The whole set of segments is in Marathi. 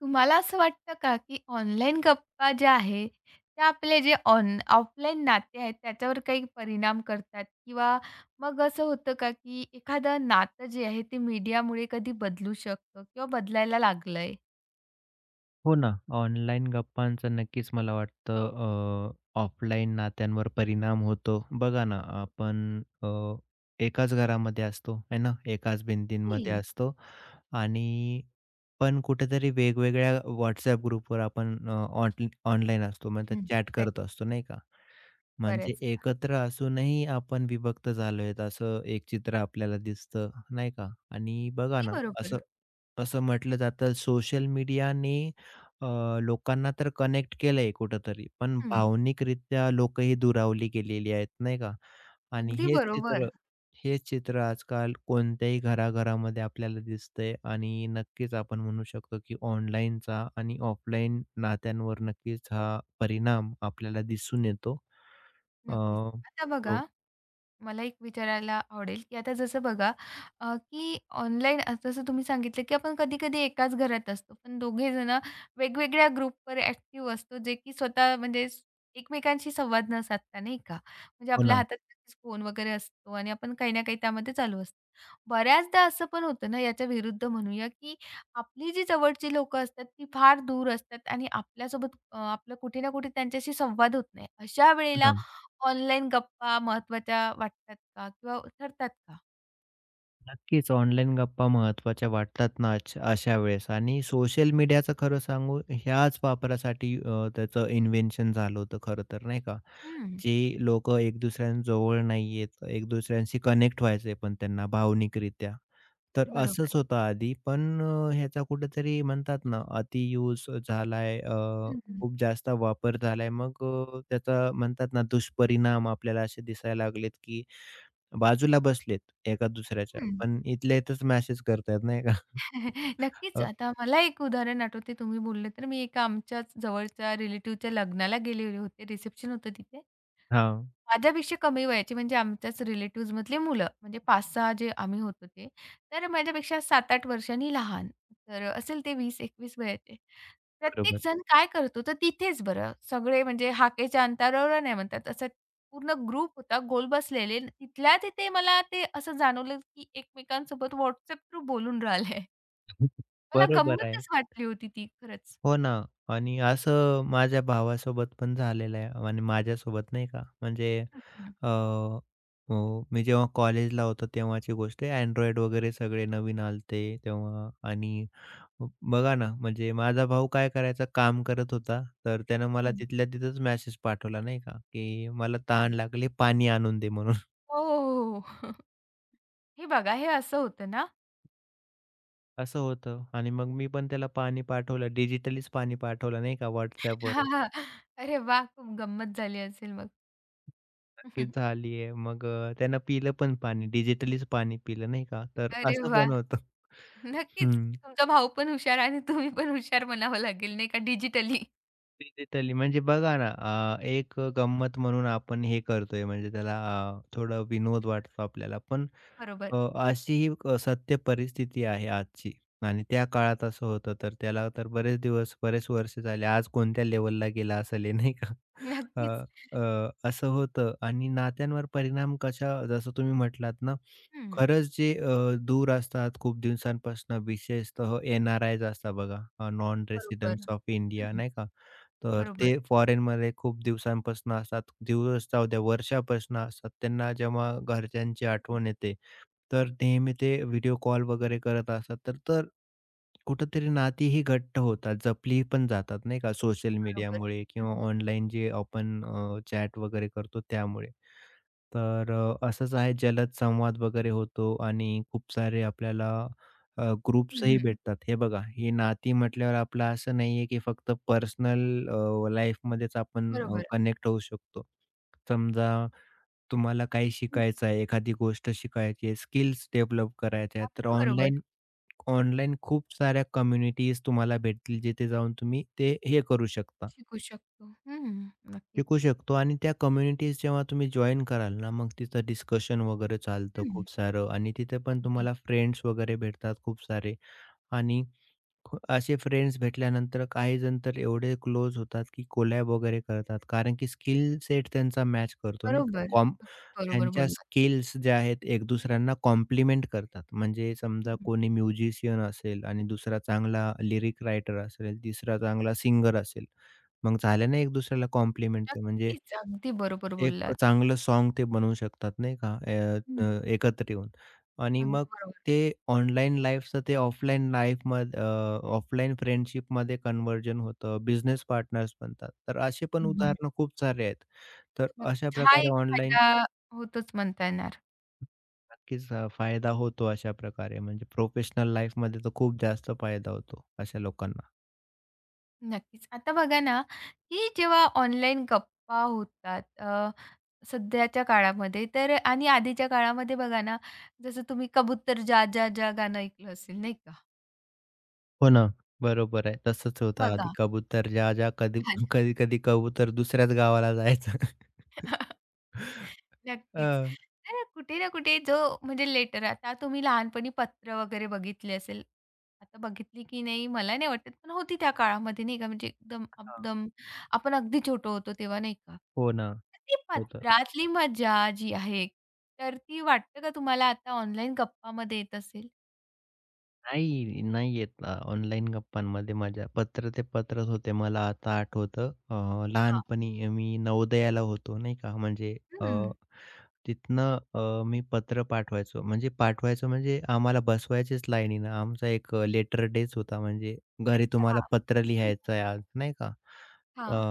तुम्हाला असं वाटतं का, की ऑनलाईन गप्पा ज्या आहे, त्या आपले जे ऑफलाईन नाते आहेत त्याच्यावर काही परिणाम करतात? किंवा मग असं होतं का, की एखादं नातं जे आहे ते मीडियामुळे कधी बदलू शकतं किंवा बदलायला लागलंय? हो ना. ऑनलाईन गप्पांचा नक्कीच मला वाटतं ऑफलाईन नात्यांवर परिणाम होतो. बघा ना, आपण एकाच घरामध्ये असतो, है ना, एकाच भिंतींमध्ये हं, असतो आणि पण कुठेतरी वेगवेगळ्या WhatsApp ग्रुपवर आपण अ, ऑन ऑनलाईन असतो, म्हणजे हं. चॅट नक्कीच, करत असतो, नाही का? म्हणजे बऱ्याचदा. एकत्र असूनही आपण विभक्त झालोयत असं एक चित्र आपल्याला दिसतं, नाही का? आणि बघा अगदी ना, बरोबर. असं असं म्हटलं जातं सोशल मीडियाने अ, लोकांना तर कनेक्ट केलंय कुठेतरी, पण हं, भावनिकरित्या लोकं ही दुरावली गेलेली आहेत, नाही का? आणि अगदी हेच चित्र बरोबर. हेच चित्र आजकाल कोणत्याही घराघरामध्ये आपल्याला दिसतंय आणि नक्कीच आपण म्हणू शकतो, की ऑनलाईनचा आणि ऑफलाईन नात्यांवर नक्कीच हा परिणाम आपल्याला दिसून येतो. नक्कीच. आता हो, बघा मला एक विचारायला आवडेल, की आता जसं बघा, अ, की ऑनलाईन जसं तुम्ही सांगितलं, की आपण कधी-कधी एकाच घरात असतो. पण दोघे जण वेगवेगळ्या ग्रुपवर ॲक्टिव्ह असतो, जे की स्वतः म्हणजे एकमेकांशी संवाद न साधता, नाही का? म्हणजे हो आपल्या ना, हातात नक्कीच फोन वगैरे असतो आणि आपण काही ना काही त्यामध्ये चालू असतो. बऱ्याचदा असं पण होतं ना, याच्या विरुद्ध म्हणूया, की आपली जी जवळची लोकं असतात, ती फार दूर असतात आणि आपलं कुठे ना कुठे त्यांच्याशी संवाद होत नाही. अशा हो वेळेला ना. ऑनलाईन गप्पा महत्त्वाच्या वाटतात का किंवा ठरतात का? नक्कीच ऑनलाईन गप्पा महत्त्वाच्या वाटतात ना अशा वेळेस आणि सोशल मीडियाचं खरं सांगू ह्याच वापरासाठी त्याचं इन्व्हेन्शन झालं होतं खरं तर नाही का? हं, जे लोकं एक दुसऱ्यांजवळ नाही आहेत, एक दुसऱ्यांशी कनेक्ट व्हायचंय पण त्यांना भावनिकरित्या. तर असंच बरोबर. होतं आधी पण ह्याचा कुठेतरी म्हणतात ना अति यूज झालाय हं, हं. खूप जास्त वापर झालाय. मग त्याचा म्हणतात ना दुष्परिणाम आपल्याला असे दिसायला लागलेत, की बाजूला बसलेत एका दुसऱ्याच्या, हं. पण इथल्या इथंच मॅसेज करतायत नाही का? नक्कीच. अ, आता मला एक उदाहरण आठवते तुम्ही बोलले तर. मी एका आमच्याच जवळच्या रिलेटिव्हच्या लग्नाला गेलेले होते. रिसेप्शन होतं तिथे. हां, माझ्यापेक्षा कमी वयाची म्हणजे आमच्याच रिलेटिव्हज मधली मुलं म्हणजे 5-6 जे आम्ही होतो ते. तर माझ्यापेक्षा 7-8 वर्षांनी लहान. तर असेल ते 20-21 वयाचे. प्रत्येक बरोबर. जण काय करतो तर तिथेच बरं सगळे म्हणजे हाकेच्या अंतरावर नाही म्हणतात. असा पूर्ण ग्रुप होता गोल बसलेले. तिथल्या तिथे मला ते असं जाणवलं की एकमेकांसोबत WhatsApp थ्रू बोलून राहिले. मला बरोबर आहे. गंमतच वाटली होती ती खरंच. हो ना आणि असं माझ्या भावासोबत पण झालेलं आहे आणि माझ्यासोबत नाही का. म्हणजे हं, हं, अ, हो, मी जेव्हा कॉलेजला होतो तेव्हाची गोष्ट आहे. Android वगैरे सगळे नवीन आलते तेव्हा आणि बघा ना, म्हणजे माझा भाऊ काय करायचा काम करत होता, तर त्यानं मला हं. तिथल्या तिथंच मॅसेज पाठवला नाही का, की मला अच्छा. तहान लागली, पाणी आणून दे म्हणून. हो, हो, हो. हे बघा हे असं होतं ना. असं होतं आणि मग मी पण त्याला पाणी पाठवलं. डिजिटलीच पाणी पाठवलं नाही का हां, WhatsAppवरच. हां. अरे वाह! खूप गंमत झाली असेल मग. नक्कीच झाली आहे. मग त्यानं पिलं पण पाणी. डिजिटलीच पाणी पिलं नाही का. तर अरे असं वाह! पण होतं. नक्कीच हं. तुमचा भाऊ पण हुशार आणि तुम्ही पण हुशार म्हणावं लागेल नाही का डिजिटली. डिजिटली म्हणजे बघा ना एक गंमत म्हणून आपण हे करतोय म्हणजे त्याला थोडं विनोद वाटतो आपल्याला. पण बरोबर. अ, अशी ही सत्य परिस्थिती आहे आजची आणि त्या काळात असं होतं, तर त्याला तर बरेच दिवस, बरेच वर्ष झाले. आज कोणत्या लेव्हलला गेला असेल हे नाही का? अ, नक्कीच. अ, असं होतं आणि नात्यांवर परिणाम कशा जसं तुम्ही म्हटलात ना, हं. खरंच जे दूर असतात खूप दिवसांपासून विशेषतः एन-आर-आयज असतात बघा, नॉन बरोबर. रेसिडेंट्स ऑफ इंडिया हं. नाही का? तर बरोबर. ते फॉरेनमध्ये खूप दिवसांपासून असतात. दिवस जाऊ द्या वर्षापासून असतात. त्यांना जेव्हा घरच्यांची हं. आठवण येते तर नेहमी ते व्हिडिओ कॉल वगैरे करत असतात. तर तर कुठंतरी नाती ही घट्ट होतात, जपली पण जातात नाही का सोशल बरोबर. मीडियामुळे किंवा हं. ऑनलाईन जे आपण चॅट वगैरे करतो त्यामुळे. तर असंच आहे जलद संवाद वगैरे होतो आणि खूप सारे आपल्याला हं, ग्रुप्सही हं. भेटतात. हे बघा, हे नाती म्हटल्यावर आपलं असं नाहीये, की फक्त पर्सनल लाईफमध्येच आपण बरोबर. कनेक्ट होऊ शकतो. समजा तुम्हाला काही हं. शिकायचं आहे, एखादी गोष्ट शिकायची आहे, स्किल्स डेव्हलप करायच्या आहेत, तर अगदी बरोबर. ऑनलाईन ऑनलाईन खूप साऱ्या कम्युनिटीज तुम्हाला भेटतील, जिथे जाऊन तुम्ही ते हे करू शकता, शिकू शकतो. हं, नक्कीच. शिकू शकतो आणि त्या कम्युनिटीज जेव्हा तुम्ही जॉइन कराल ना, मग तिथं डिस्कशन वगैरे चालतं हं. खूप सारं आणि तिथे पण अगदी. तुम्हाला फ्रेंड्स वगैरे भेटतात खूप सारे. आणि असे फ्रेंड्स भेटल्यानंतर काही जण तर एवढे क्लोज होतात, की कोलॅब वगैरे करतात. कारण की स्किल सेट त्यांचा मॅच करतो नाही का? बरोबर. बरोबर त्यांच्या बोललात. स्किल्स ज्या आहेत एक दुसऱ्यांना कॉम्प्लिमेंट करतात. म्हणजे हं, समजा हं. कोणी म्युझिशियन असेल आणि दुसरा चांगला लिरिक रायटर असेल, तिसरा चांगला सिंगर असेल. मग झालं ना एक दुसऱ्याला कॉम्प्लिमेंटचं म्हणजे नक्कीच. अगदी बरोबर एक बोललात. चांगलं साँग ते बनवू शकतात नाही का? अ, हं. अ, एकत्र येऊन आणि अगदी मग बरोबर. ते ऑनलाईन लाईफचं ते ऑफलाईन लाईफमध्ये ऑफलाईन फ्रेंडशिपमध्ये कन्व्हर्जन होतं, बिझनेस पार्टनर्स बनतात. तर असे पण हं, हं. उदाहरणं खूप सारे आहेत. तर अशा नक्कीच. हा प्रकारे एक ऑनलाईन फायदा होतोच म्हणता येणार. नक्कीच फायदा होतो अशा प्रकारे म्हणजे प्रोफेशनल लाईफमध्ये तर खूप जास्त फायदा होतो अशा लोकांना. नक्कीच. आता बघा ना, की जेव्हा ऑनलाईन गप्पा होतात, सध्याच्या काळामध्ये तर आणि आधीच्या काळामध्ये बघा ना, जसं तुम्ही कबूतर जा जा जा गाणं ऐकलं असेल नाही का? हो ना, बरोबर आहे. तसंच होतं आधी बघा. कबूतर राजा कधी कधी-कधी कबूतर दुसऱ्याच गावाला जायचं. नक्कीच. हां. तर कुठे ना कुठे जो म्हणजे लेटर आता तुम्ही लहानपणी पत्र वगैरे बघितले असेल. आता बघितली की नाही मला नाही वाटत, पण होती त्या काळामध्ये नाही का, म्हणजे एकदम एकदम आपण अगदी छोटो होतो तेव्हा नाही का? हो ना, तर ती होतं. पत्रातली मजा जी आहे, तर ती वाटतं का तुम्हाला आता ऑनलाईन गप्पामध्ये येत असेल? नाही, नाही येत ऑनलाईन गप्पांमध्ये मजा. पत्र ते पत्रच होते. मला आता आठवतं हां. लहानपणी मी नवोदयाला होतो नाही का म्हणजे हं. तिथनं मी पत्र पाठवायचो. म्हणजे पाठवायचो म्हणजे आम्हाला बसवायचेच लाईनीनं. आमचा एक लेटर डेच होता म्हणजे घरी अच्छा. तुम्हाला पत्र हं. लिहायचं आहे आज, नाही का? अ, हां.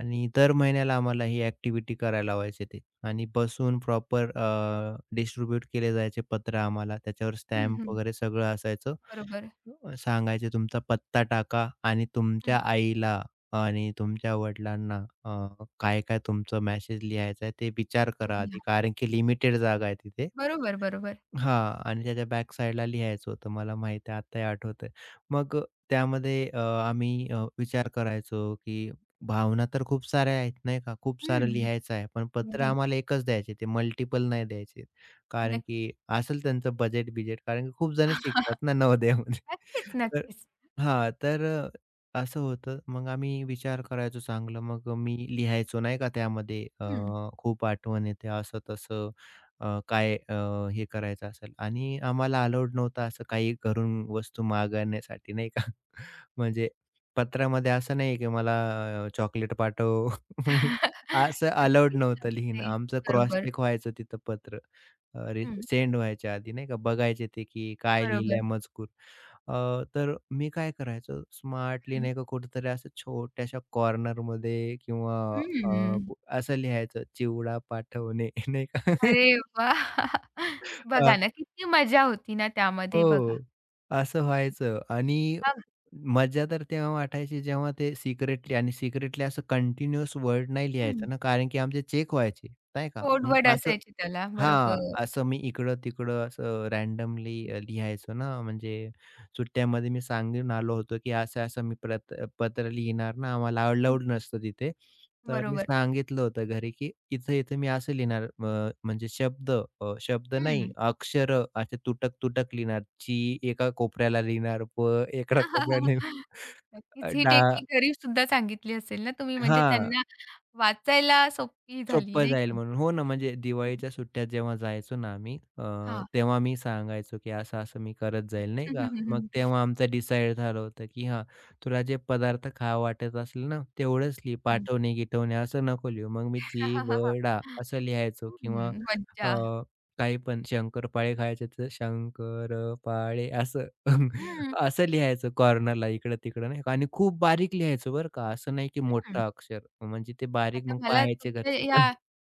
आणि दर महिन्याला आम्हाला ही ॲक्टिव्हिटी करायला लावायचे ते आणि बसून प्रॉपर डिस्ट्रिब्यूट केले जायचे पत्र आम्हाला. त्याच्यावर हं, स्टॅम्प हं. वगैरे सगळं असायचं. बरोबर. सांगायचे तुमचा पत्ता टाका आणि हं. तुमच्या आईला आणि तुमच्या वडिलांना काय-काय तुमचं मेसेज लिहायचा आहे ते विचार करा आधी. कारण की लिमिटेड जागा आहे तिथे. बरोबर, बरोबर. हां. आणि त्याच्या बॅक साइडला लिहायचं होतं. मला माहिती आहे, आत्ताही आठवतंय. मग त्यामध्ये आम्ही विचार करायचो, की भावना तर खूप साऱ्या आहेत, नाही का? खूप सारं हं. लिहायचं आहे. पण पत्र अगदी. आम्हाला एकच द्यायचे, ते मल्टिपल नाही द्यायचे. कारण नक्की. की असेल त्यांचं बजेट-बिजेट, कारण की खूप जण शिकतात ना नवोदयामध्ये. नक्कीच, तर नक्कीच. हां, तर असं होतं. मग आम्ही विचार करायचो चांगलं. मग मी लिहायचो, नाही का? त्यामध्ये हं. खूप आठवण येते असं-तसं. अ, काय अ, हे करायचं असेल आणि आम्हाला अलाउड नव्हतं असं काही घरून वस्तू मागवण्यासाठी नाही का. म्हणजे पत्रामध्ये असं नाही की मला चॉकलेट पाठव. असं अलाउड नक्कीच नव्हतं लिहिणं. नसते. आमचं क्रॉस बरोबर. चेक व्हायचं तिथं पत्र. हं. सेंड व्हायच्या आधी नाही का बघायचे ते की काय लिहिलंय बरोबर. मजकूर. अ, तर मी काय करायचो स्मार्टली हं. नाही का कुठेतरी असं छोट्याशा कॉर्नरमध्ये किंवा अ, हं. असं लिहायचं चिवडा पाठवणे नाही का. अरे वाह! अ, बघा ना, किती मजा होती ना त्यामध्ये बघा. हो. असं व्हायचं आणि हां. मजा तर तेव्हा वाटायची जेव्हा ते सिक्रेटली आणि सिक्रेटली असं कंटिन्यूअस वर्ड नाही हं. लिहायचं ना, कारण की आमचे चेक व्हायचे, नाही का? गोडवड मग असं असायची त्याला. हां, बरोबर. असं मी इकडं-तिकडं असं रँडमली हं. लिहायचो ना, म्हणजे सुट्ट्यामध्ये मी सांगून आलो होतो, की असं-असं मी प्रत पत्र लिहिणार ना, आम्हाला अलाउड नसतं तिथे. तर मी बरोबर. सांगितलं होतं घरी, की इथं-इथं मी असं लिहिणार म्हणजे शब्द हं. नाही, अक्षरं असे तुटक-तुटक लिहिणार. ची एका कोपऱ्याला लिहिणार, प एका कोपऱ्याला लिहिणार. अ, नक्कीच ही डा टेक्निक घरी सुद्धा सांगितली असेल ना तुम्ही म्हणजे हां. त्यांना वाचायला सोपी झाली सोपं नाही जाईल का? म्हणून. हो ना, म्हणजे हं. दिवाळीच्या सुट्ट्यात जेव्हा जायचो ना आम्ही हां. तेव्हा मी सांगायचो, की असं-असं मी करत जाईल नाही का. मग तेव्हा आमचं डिसाईड झालं होतं, की हां, तुला जे पदार्थ खावं वाटत असेल ना, तेवढंच लिही. हं. पाठवणे-गिटवणे असं नको लिहू. मग मी हं. चिवडा असं लिहायचो किंवा मज्जा. अ, काही पण शंकरपाळे खायचे तर शंकरपाळे असं. हं, असं लिहायचं कॉर्नरला इकडं-तिकडं नाही का आणि खूप बारीक लिहायचं बरं का, असं नाही की हं. मोठं अक्षर. म्हणजे ते बारीक आता मग मला पाहायचे तुमच्या घरचे पण. या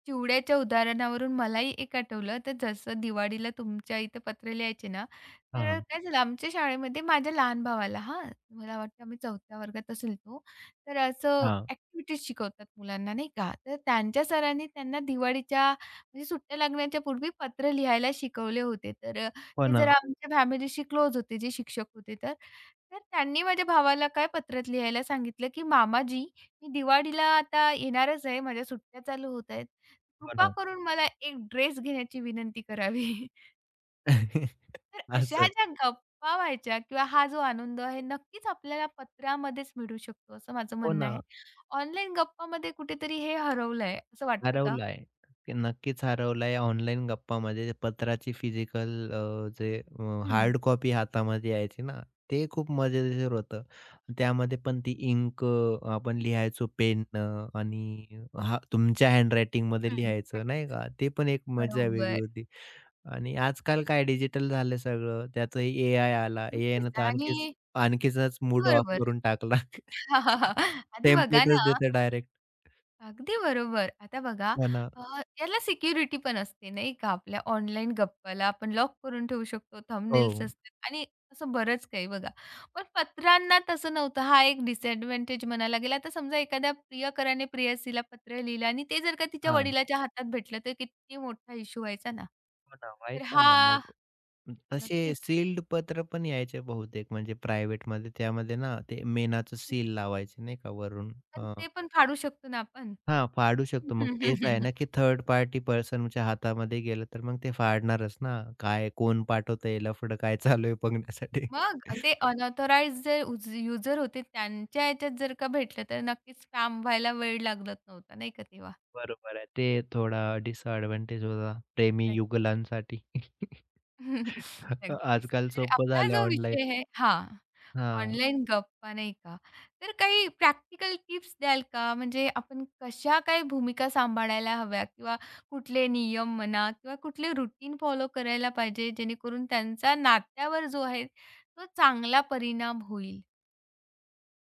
चिवड्याच्या उदाहरणावरून मलाही एक आठवलं, तर जसं दिवाळीला तुमच्या इथे पत्र लिहायचे ना, तर हां, काय झालं आमच्या शाळेमध्ये माझ्या लहान भावाला, हां, मला वाटतं आम्ही 4थ्या वर्गात असेल तो, तर असं हां. ॲक्टिव्हिटीज शिकवतात मुलांना नाही का, तर त्यांच्या सरांनी त्यांना दिवाळीच्या म्हणजे सुट्ट्या लागण्याच्या पूर्वी पत्र लिहायला शिकवले होते. हो ते ना, जरा आमच्या फॅमिलीशी क्लोज होते जे शिक्षक होते तर. तर त्यांनी माझ्या भावाला काय पत्रात लिहायला सांगितलं, की "मामाजी, मी दिवाळीला आता येणारच आहे. माझ्या सुट्ट्या चालू होत आहेत. हो कृपा ना. करून मला एक ड्रेस घेण्याची विनंती करावी." तर अशा असं. ज्या गप्पा व्हायच्या किंवा हा जो आनंद आहे नक्कीच आपल्याला पत्रामध्येच मिळू शकतो, असं माझं हो म्हणणं ना. आहे. ऑनलाईन गप्पामध्ये कुठेतरी हे हरवलंय असं वाटतं का? हरवलाय. की नक्कीच हरवलाय ऑनलाईन गप्पामध्ये जे पत्राची फिजिकल हं, हार्ड कॉपी हातामध्ये यायची ना, ते खूप मजेशीर होतं. त्यामध्ये पण ती इंक आपण लिहायचो पेननं आणि हा तुमच्या हँडरायटिंगमध्ये हं. लिहायचं नाही नक्कीच. का? ते पण एक मजा बरोबर. वेगळी होती. आणि आजकाल काय डिजिटल झालं सगळं. त्यातही एआय आला. नक्कीच एआयनं तर आणि आणखीनच मूड ऑफ बरोबर. करून टाकला. आधी बघा टेम्पलेटच ना देतं डायरेक्ट. अगदी बरोबर. आता बघा, हो अ, याला सिक्युरिटी पण असते नाही का? आपल्या ऑनलाईन गप्पाला आपण लॉक करून ठेवू शकतो. थंबनेल्स हो. असतात आणि असं बरंच काही बघा. पण पत्रांना तसं नव्हतं. हा एक डिसएडव्हांटेज म्हणायला गेला. आता समजा एखाद्या प्रियकराने प्रेयसीला पत्र लिहिलं आणि ते जर का तिच्या हां. वडिलाच्या हातात भेटलं तर किती मोठा इश्यू व्हायचा ना. हो ना, तर व्हायचा ना. हा मग तसे नक्कीच. सील्ड पत्र पण यायचे बहुतेक म्हणजे प्रायव्हेटमध्ये त्यामध्ये ना ते मेणाचं सील लावायचे नाही का वरून. पण अ, ते पण फाडू शकतो ना आपण. हां, फाडू शकतो. मग तेच आहे ना, की थर्ड पार्टी पर्सनच्या हातामध्ये गेलं तर मग ते नक्कीच. फाडणारच ना. काय कोण पाठवतंय लफडं काय चालू आहे बघण्यासाठी. मग ते अनऑथराइज्ड जे युजर होते त्यांच्या ह्याच्यात जर का भेटलं तर नक्कीच स्पॅम व्हायला वेळ लागत नव्हता नाही का तेव्हा? बरोबर आहे. ते थोडा डिसएडव्हांटेज होता प्रेमी नक्क युगुलांसाठी. नक्कीच. आजकाल तर सोपं आपला झालं जो ऑनलाईन. विषय आहे हां, हां. ऑनलाईन गप्पा नाही का? तर काही प्रॅक्टिकल टिप्स द्याल का? म्हणजे आपण कशा काही भूमिका सांभाळायला हव्या किंवा कुठले नियम म्हणा किंवा कुठले रूटीन फॉलो करायला पाहिजे जेणेकरून त्यांचा नात्यावर जो आहे तो चांगला परिणाम होईल?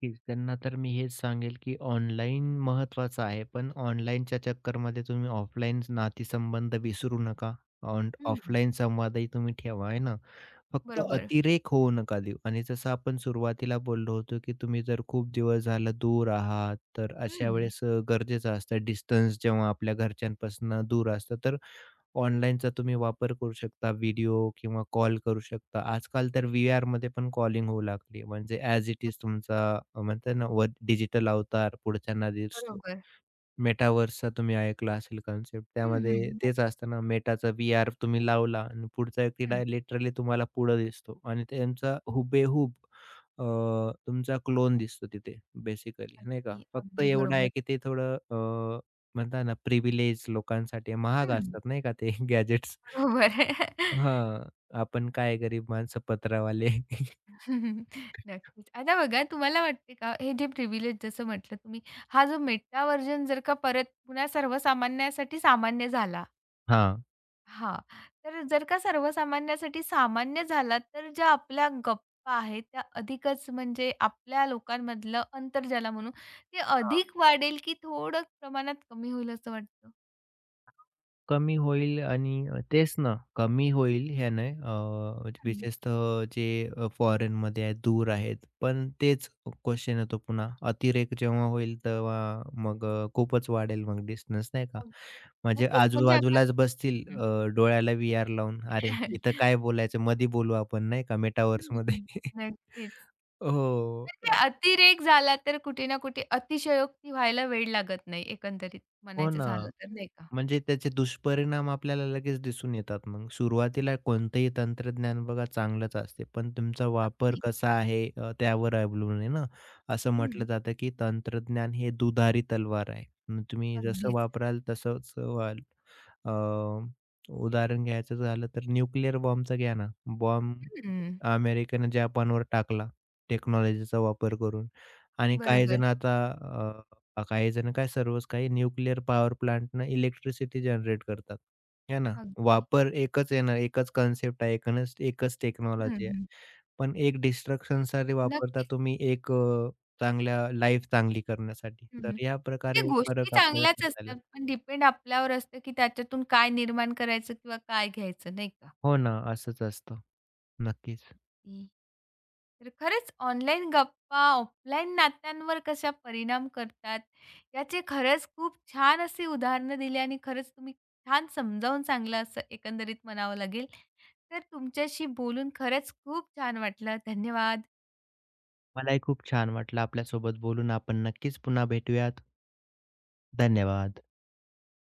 की त्यांना तर मी हेच सांगेल, की ऑनलाईन महत्त्वाचं आहे, पण ऑनलाईनच्या चक्करमध्ये तुम्ही ऑफलाईन नातेसंबंध विसरू नका. हं. ऑफलाईन संवादही तुम्ही ठेवा, आहे ना? फक्त बरोबर. अतिरेक होऊ नका देऊ आणि जसं आपण सुरुवातीला बोललो होतो, की तुम्ही जर खूप दिवस झालं दूर आहात, तर अशा हं. वेळेस गरजेचं असतं डिस्टन्स जेव्हा आपल्या घरच्यांपासून दूर असतं, तर ऑनलाईनचा तुम्ही वापर करू शकता, व्हिडिओ किंवा कॉल करू शकता. आजकाल तर व्हीआरमध्ये पण कॉलिंग होऊ लागली. म्हणजे ॲज इट इज तुमचा म्हणतात ना, डिजिटल अवतार पुढच्यांना दिसतो. बरोबर. मेटाव्हर्सचा तुम्ही ऐकला असेल कन्सेप्ट. हं, त्यामध्ये हं. तेच असतं ना, मेटाचा व्हीआर तुम्ही लावला आणि पुढचा व्यक्ती नक्की, डाय लिटरली तुम्हाला पुढं दिसतो आणि त्यांचा हुबेहूब अ, तुमचा क्लोन दिसतो तिथे बेसिकली नाही का? नक्की. फक्त अगदी एवढं बरोबर. आहे की ते थोडं म्हणतात ना प्रिव्हिलेज लोकांसाठी महाग हं, असतात नाही का ते गॅजेट्स. बरोबर. हां, आपण काय गरीब माणसं पत्रावाले. नक्कीच. आता बघा तुम्हाला वाटते का हे जे प्रिव्हिलेज जसं म्हटलं तुम्ही, हा जो मेटा व्हर्जन जर का परत पुन्हा सर्वसामान्यासाठी सामान्य झाला. हां. हां. तर जर का सर्वसामान्यासाठी सामान्य झाला, तर ज्या आपल्या गप्पा आहेत त्या अधिकच म्हणजे आपल्या लोकांमधलं अंतर ज्याला म्हणू, ते अधिक वाढेल की थोडं प्रमाणात कमी होईल असं वाटतं? कमी होईल आणि तेच ना, कमी होईल ह्याने म्हणजे हं, विशेषतः जे फॉरेनमध्ये आहेत, दूर आहेत. पण तेच क्वेशन येतो पुन्हा अतिरेक जेव्हा होईल तेव्हा मग नक्कीच. खूपच वाढेल मग डिस्टन्स नाही का? मग म्हणजे नक्कीच म्हणजे आपण. आजूबाजूलाच बसतील डोळ्याला व्हीआर लावून. अरे, हं. इथं काय बोलायचं? मधी बोलू आपण नाही का मेटाव्हर्समध्ये. हं, नक्कीच. हो, म्हणजे अतिरेक झाला तर कुठे ना कुठे अतिशयोक्ती व्हायला वेळ लागत नाही एकंदरीत हो म्हणायचं ना. झालं तर नाही का? म्हणजे त्याचे दुष्परिणाम आपल्याला लगेच दिसून येतात मग. सुरुवातीला कोणतंही तंत्रज्ञान बघा चांगलंच असते, पण तुमचा वापर अगदी. कसा आहे त्यावर अवलंबून आहे ना. असं हं, म्हटलं जातं की तंत्रज्ञान हे दुधारी तलवार आहे. मग तुम्ही जसं अगदीच. वापराल तसंच व्हाल. अ, उदाहरण घ्यायचं झालं तर न्यूक्लिअर बॉम्बचं घ्या ना. बॉम्ब हं, अमेरिकेनं जपानवर टाकला टेक्नॉलॉजीचा वापर करून. आणि काही बरोबर. जण आता अ, काही जण काय सर्वच काही न्यूक्लिअर पॉवर प्लांटनं इलेक्ट्रिसिटी जनरेट करतात. आहे ना. अगदी. वापर एकच आहे ना, एकच कन्सेप्ट आहे, एकच हं, टेक्नॉलॉजी आहे. हं. पण एक डिस्ट्रक्शनसाठी वापरता नक्कीच. तुम्ही, एक चांगल्या लाईफ चांगली करण्यासाठी. हं, हं. तर या म्हणजे प्रकारे गोष्टी फरक आपल्याला चांगल्याच करता आला. असतात, पण डिपेंड आपल्यावर असतं, की त्याच्यातून काय निर्माण करायचं किंवा काय घ्यायचं नाही का? हो ना, असंच असतं. नक्कीच. तर खरंच ऑनलाईन गप्पा ऑफलाईन नात्यांवर कशा परिणाम करतात याचे खरंच खूप छान अशी उदाहरणं दिली आणि खरंच तुम्ही छान समजावून सांगलं असं एकंदरीत म्हणावं लागेल. तर तुमच्याशी बोलून खरंच खूप छान वाटलं. धन्यवाद. मलाही खूप छान वाटलं आपल्यासोबत बोलून. आपण नक्कीच पुन्हा भेटूयात. धन्यवाद.